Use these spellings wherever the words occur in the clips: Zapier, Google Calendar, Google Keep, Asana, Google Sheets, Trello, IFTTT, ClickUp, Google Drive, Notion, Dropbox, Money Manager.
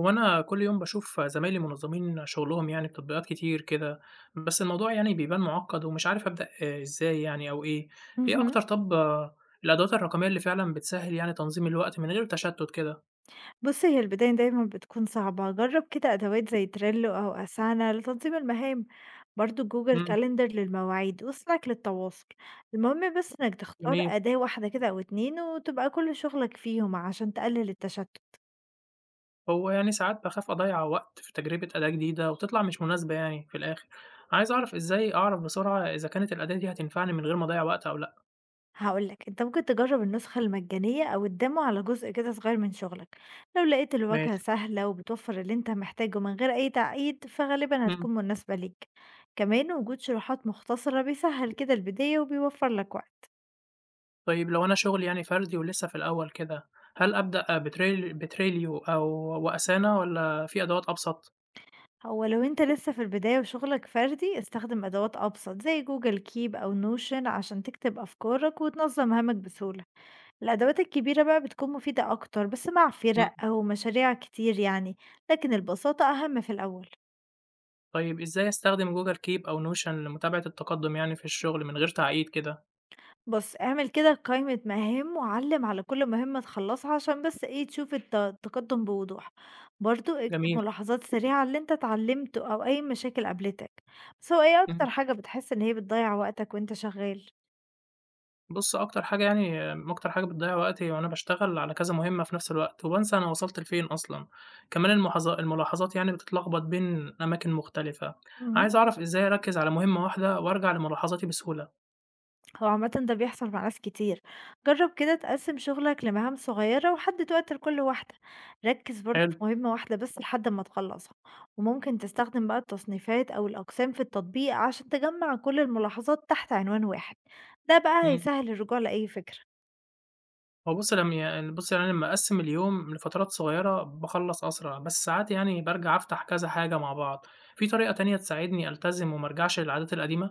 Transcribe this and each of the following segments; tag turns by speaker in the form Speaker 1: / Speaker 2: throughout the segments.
Speaker 1: هو أنا كل يوم باشوف زمايلي منظّمين شغلهم يعني بتطبيقات كتير كده، بس الموضوع يعني بيبان معقّد ومش عارف أبدأ إزاي يعني أو إيه، إيه
Speaker 2: اهم.
Speaker 1: أكتر طَب الأدوات الرقمية اللي فعلًا بتسهّل يعني تنظيم الوقت من غير تشتُّت كده؟
Speaker 2: بُصّي، هي البداية دايمًا بتكون صعبة، جرّب كده أدوات زي Trello أو Asana لتنظيم المهام، برضه Google
Speaker 1: إمم.
Speaker 2: Calendar للمواعيد وSlack للتواصل، المهم بس إنك تختار
Speaker 1: جميل.
Speaker 2: أداة واحدة كده أو 2 وتبقى كل شغلك فيهم عشان تقلل التشتُّت.
Speaker 1: هو يعني ساعات باخاف أضيّع وقت في تجربة أداة جديدة وتطلع مش مناسبة يعني في الآخر، عايز أعرف إزاي أعرف بسرعة إذا كانت الأداة دي هتنفعني من غير ما أضيّع وقت أو لأ؟
Speaker 2: هاقول لك، أنت ممكن تجرّب النسخة المجانية أو الdemo على جزء كده صغير من شغلك، لو لقيت الواجهة
Speaker 1: ماشي.
Speaker 2: سهلة وبتوفّر اللي أنت محتاجه من غير أي تعقيد، فغالبًا
Speaker 1: إمم.
Speaker 2: هتكون مناسبة ليك، كمان وجود شروحات مختصرة بيسهّل كده البداية وبيوفّر لك وقت.
Speaker 1: طيب لو أنا شغلي يعني فردي ولسه في الأول كده، هل أبدأ بتريليو أو وأسانا والّا في أدوات أبسط؟
Speaker 2: هو لو انت لسه في البداية وشغلك فردي، استخدم أدوات أبسط زي جوجل كيب أو نوشن عشان تكتب أفكارك وتنظم هامك بسهولة. الأدوات الكبيرة بقى بتكون مفيدة أكتر بس مع
Speaker 1: إمم.
Speaker 2: فرق أو مشاريع كتير يعني، لكن البساطة أهم في الأول.
Speaker 1: طيب إزاي أستخدم جوجل كيب أو نوشن لمتابعة التقدم يعني في الشغل من غير تعقيد كده؟
Speaker 2: بص، اعمل كده قائمة مهام وعلم على كل مهمة تخلصها عشان بس ايه تشوف التقدم بوضوح. برضو اكتب
Speaker 1: جميل.
Speaker 2: ملاحظات سريعة على اللي انت اتعلمته أو أي مشاكل قابلتك. بس هو ايه
Speaker 1: إمم.
Speaker 2: أكتر حاجة بتحس إن هي بتضيع وقتك وانت شغال؟
Speaker 1: بُص أكتر حاجة يعني أكتر حاجة بتضيّع وقتي وأنا باشتغل على كذا مهمة في نفس الوقت، وبانسى أنا وصلت لفين أصلًا، كمان الملاحظات يعني بتتلخبط بين أماكن مختلفة،
Speaker 2: مهم.
Speaker 1: عايز أعرف إزاي أركّز على مهمة واحدة وأرجع لملاحظاتي بسهولة؟
Speaker 2: هو عامة ده بيحصل مع ناس كتير. جرب كده تقسم شغلك لمهام صغيرة وحدد وقت لكل واحدة. ركز برضه
Speaker 1: حلو.
Speaker 2: في مهمة واحدة بس لحد ما تخلصها. وممكن تستخدم بقى التصنيفات أو الأقسام في التطبيق عشان تجمع كل الملاحظات تحت عنوان واحد. ده بقى
Speaker 1: إمم.
Speaker 2: هيسهل الرجوع لأي فكرة.
Speaker 1: هو بُصّ، لم ي بُصّي، يعني أنا لمّا أقسّم اليوم لفترات صغيّرة باخلّص أسرع، بس ساعات يعني بارجع أفتح كذا حاجة مع بعض. في طريقة تانية تساعدني ألتزم وما أرجعش للعادات القديمة؟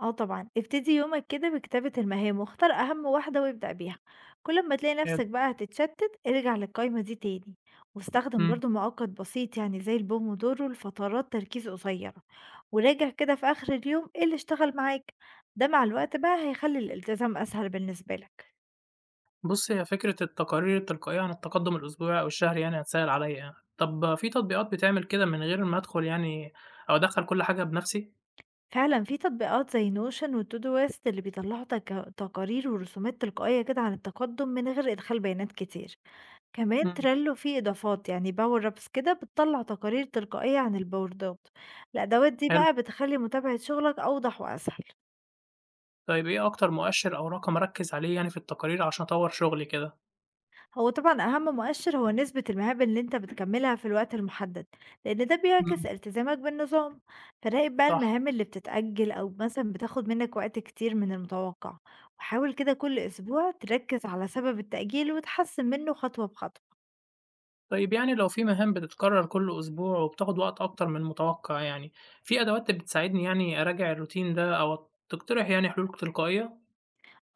Speaker 2: آه طبعًا، ابتدي يومك كده بكتابة المهام واختار أهم واحدة وابدأ بيها، كل ما تلاقي
Speaker 1: هي.
Speaker 2: نفسك بقى هتتشتت ارجع للقايمة دي تاني، واستخدم
Speaker 1: إمم.
Speaker 2: برضه مؤقت بسيط يعني زي البومودورو لفترات تركيز قصيرة، وراجع كده في آخر اليوم إيه اللي اشتغل معاك، ده مع الوقت بقى هيخلي الالتزام أسهل بالنسبة لك.
Speaker 1: بُصّي، هي فكرة التقارير التلقائية عن التقدُّم الأسبوعي أو الشهري يعني هتسهِّل عليّا يعني. طَب في تطبيقات بتعمل كده من غير ما أدخُل يعني أو أدخّل كل حاجة بنَفْسي؟
Speaker 2: فعلًا في تطبيقات زي نوشن وتودويست اللي بيطلعوا تقارير ورسومات تلقائية كده عن التقدم من غير إدخال بيانات كتير. كمان
Speaker 1: إمم.
Speaker 2: تريلو فيه إضافات يعني باور أبس كده بتطلع تقارير تلقائية عن البوردات. الأدوات دي
Speaker 1: حلو.
Speaker 2: بقى بتخلي متابعة شغلك أوضح وأسهل.
Speaker 1: طيب إيه أكتر مؤشِّر أو رقم أركّز عليه يعني في التقارير عشان أطوّر شغلي كده؟
Speaker 2: هو طبعا أهم مؤشر هو نسبة المهام اللي انت بتكملها في الوقت المحدد، لأن ده
Speaker 1: إمم.
Speaker 2: بيعكس التزامك بالنظام. فراقب بقى
Speaker 1: صح.
Speaker 2: المهام اللي بتتأجل أو مثلا بتاخد منك وقت كتير من المتوقع، وحاول كده كل أسبوع تركز على سبب التأجيل وتحسن منه خطوة بخطوة.
Speaker 1: طيب يعني لو في مهام بتتكرر كل أسبوع وبتاخد وقت أكتر من المتوقع يعني، في أدوات بتساعدني يعني أراجع الروتين ده أو تقترح يعني حلول تلقائية؟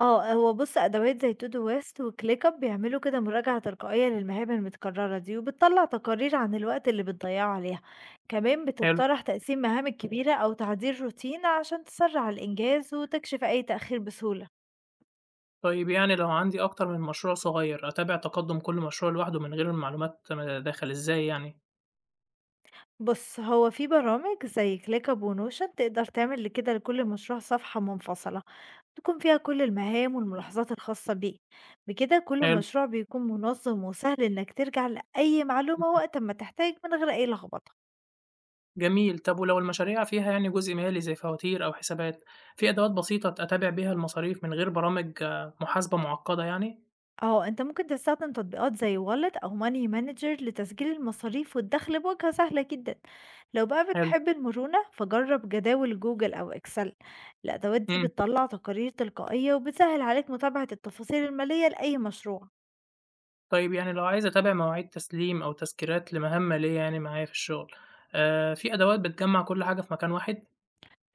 Speaker 2: آه، هو بُص أدوات زي to do list وClickUp بيعملوا كده مراجعة تلقائية للمهام المتكررة دي، وبتطلع تقارير عن الوقت اللي بتضيعه عليها، كمان
Speaker 1: حلو.
Speaker 2: بتقترح تقسيم مهامك كبيرة أو تعديل روتين عشان تسرع الإنجاز وتكشف أي تأخير بسهولة.
Speaker 1: طيب يعني لو عندي أكتر من مشروع صغير أتابع تقدم كل مشروع لوحده من غير معلومات مداخل إزاي يعني؟
Speaker 2: بُص هو في برامج زي ClickUp وNotion تقدر تعمل لكده لكل مشروع صفحة منفصلة، تكون فيها كل المهام والملاحظات الخاصة بيه، بكده كل
Speaker 1: حلو.
Speaker 2: مشروع بيكون منظم وسهل إنك ترجع لأي معلومة وقت أمّا تحتاج من غير أي لخبطة.
Speaker 1: جميل. طب ولو المشاريع فيها يعني جزء مالي زي فواتير أو حسابات، في أدوات بسيطة أتابع بيها المصاريف من غير برامج محاسبة معقدة يعني؟
Speaker 2: آه، أنت ممكن تستخدم تطبيقات زي Wallet أو Money Manager لتسجيل المصاريف والدخل بواجهة سهلة جدا. لو بقى
Speaker 1: حلو.
Speaker 2: بتحب المرونة فجرب جداول جوجل أو إكسل. الأدوات دي
Speaker 1: إمم.
Speaker 2: بتطلع تقارير تلقائية وبتسهل عليك متابعة التفاصيل المالية لأي مشروع.
Speaker 1: طيب يعني لو عايز أتابع مواعيد تسليم أو تذكيرات لمهمة ليّا يعني معايا في الشغل، في أدوات بتجمّع كل حاجة في مكان واحد؟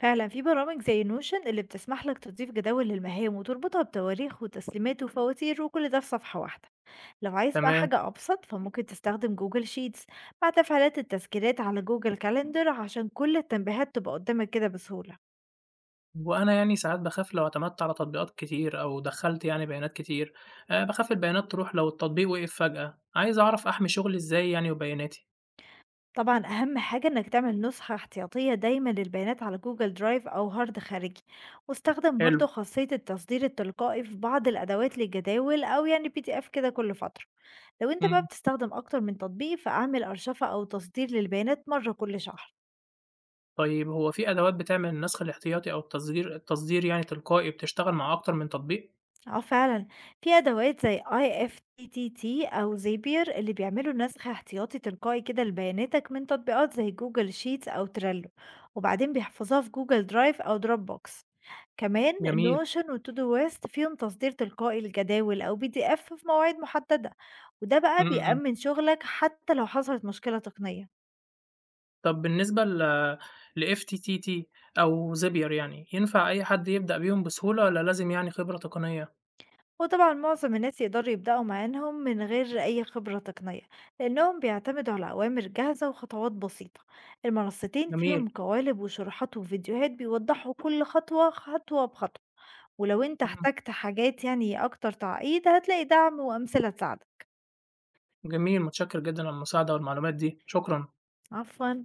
Speaker 2: فعلا في برامج زي نوشن اللي بتسمح لك تضيف جداول للمهام وتربطها بتواريخ وتسليمات وفواتير وكل ده في صفحة واحدة. لو عايز بقى
Speaker 1: تمام.
Speaker 2: حاجة أبسط فممكن تستخدم جوجل شيتس، مع تفعيلات التذكيرات على جوجل كالندر عشان كل التنبيهات تبقى قدامك كده بسهولة.
Speaker 1: وأنا يعني ساعات باخاف لو اعتمدت على تطبيقات كتير أو دخّلت يعني بيانات كتير، باخاف البيانات تروح لو التطبيق وقف فجأة، عايز أعرف أحمي شغلي إزاي يعني وبياناتي؟
Speaker 2: طبعا أهم حاجة إنك تعمل نسخة احتياطية دايما للبيانات على جوجل درايف أو هارد خارجي. واستخدم
Speaker 1: حلو.
Speaker 2: برضو خاصية التصدير التلقائي في بعض الأدوات للجداول أو يعني بي دي إف كده كل فترة. لو أنت بقى
Speaker 1: إمم.
Speaker 2: بتستخدم أكتر من تطبيق فأعمل أرشفة أو تصدير للبيانات مرة كل شهر.
Speaker 1: طيب هو في أدوات بتعمل النسخ الاحتياطي أو التصدير يعني تلقائي بتشتغل مع أكتر من تطبيق؟
Speaker 2: اه فعلا، في ادوات زي اي اف تي تي تي او زيبير اللي بيعملوا نسخ احتياطي تلقائي كده لبياناتك من تطبيقات زي جوجل شيتس او تريلو، وبعدين بيحفظوها في جوجل درايف او دروب بوكس. كمان
Speaker 1: جميل.
Speaker 2: نوشن وتودو ويست فيهم تصدير تلقائي للجداول او بي دي اف في مواعيد محددة، وده بقى
Speaker 1: إمم. إمم.
Speaker 2: بيأمن شغلك حتى لو حصلت مشكلة تقنية.
Speaker 1: طب بالنسبة لFTTT أو Zapier يعني، ينفع أي حد يبدأ بيهم بسهولة والّا لازم يعني خبرة تقنية؟
Speaker 2: وطبعا معظم الناس يقدروا يبدأوا معاهم من غير أي خبرة تقنية، لأنهم بيعتمدوا على أوامر جاهزة وخطوات بسيطة. المنصتين
Speaker 1: جميل.
Speaker 2: فيهم قوالب وشروحات وفيديوهات بيوضحوا كل خطوة خطوة بخطوة. ولو انت
Speaker 1: إمم.
Speaker 2: احتجت حاجات يعني أكتر تعقيد هتلاقي دعم وأمثلة تساعدك.
Speaker 1: جميل، متشكر جدًا على المساعدة والمعلومات دي، شكرًا.
Speaker 2: عفوا.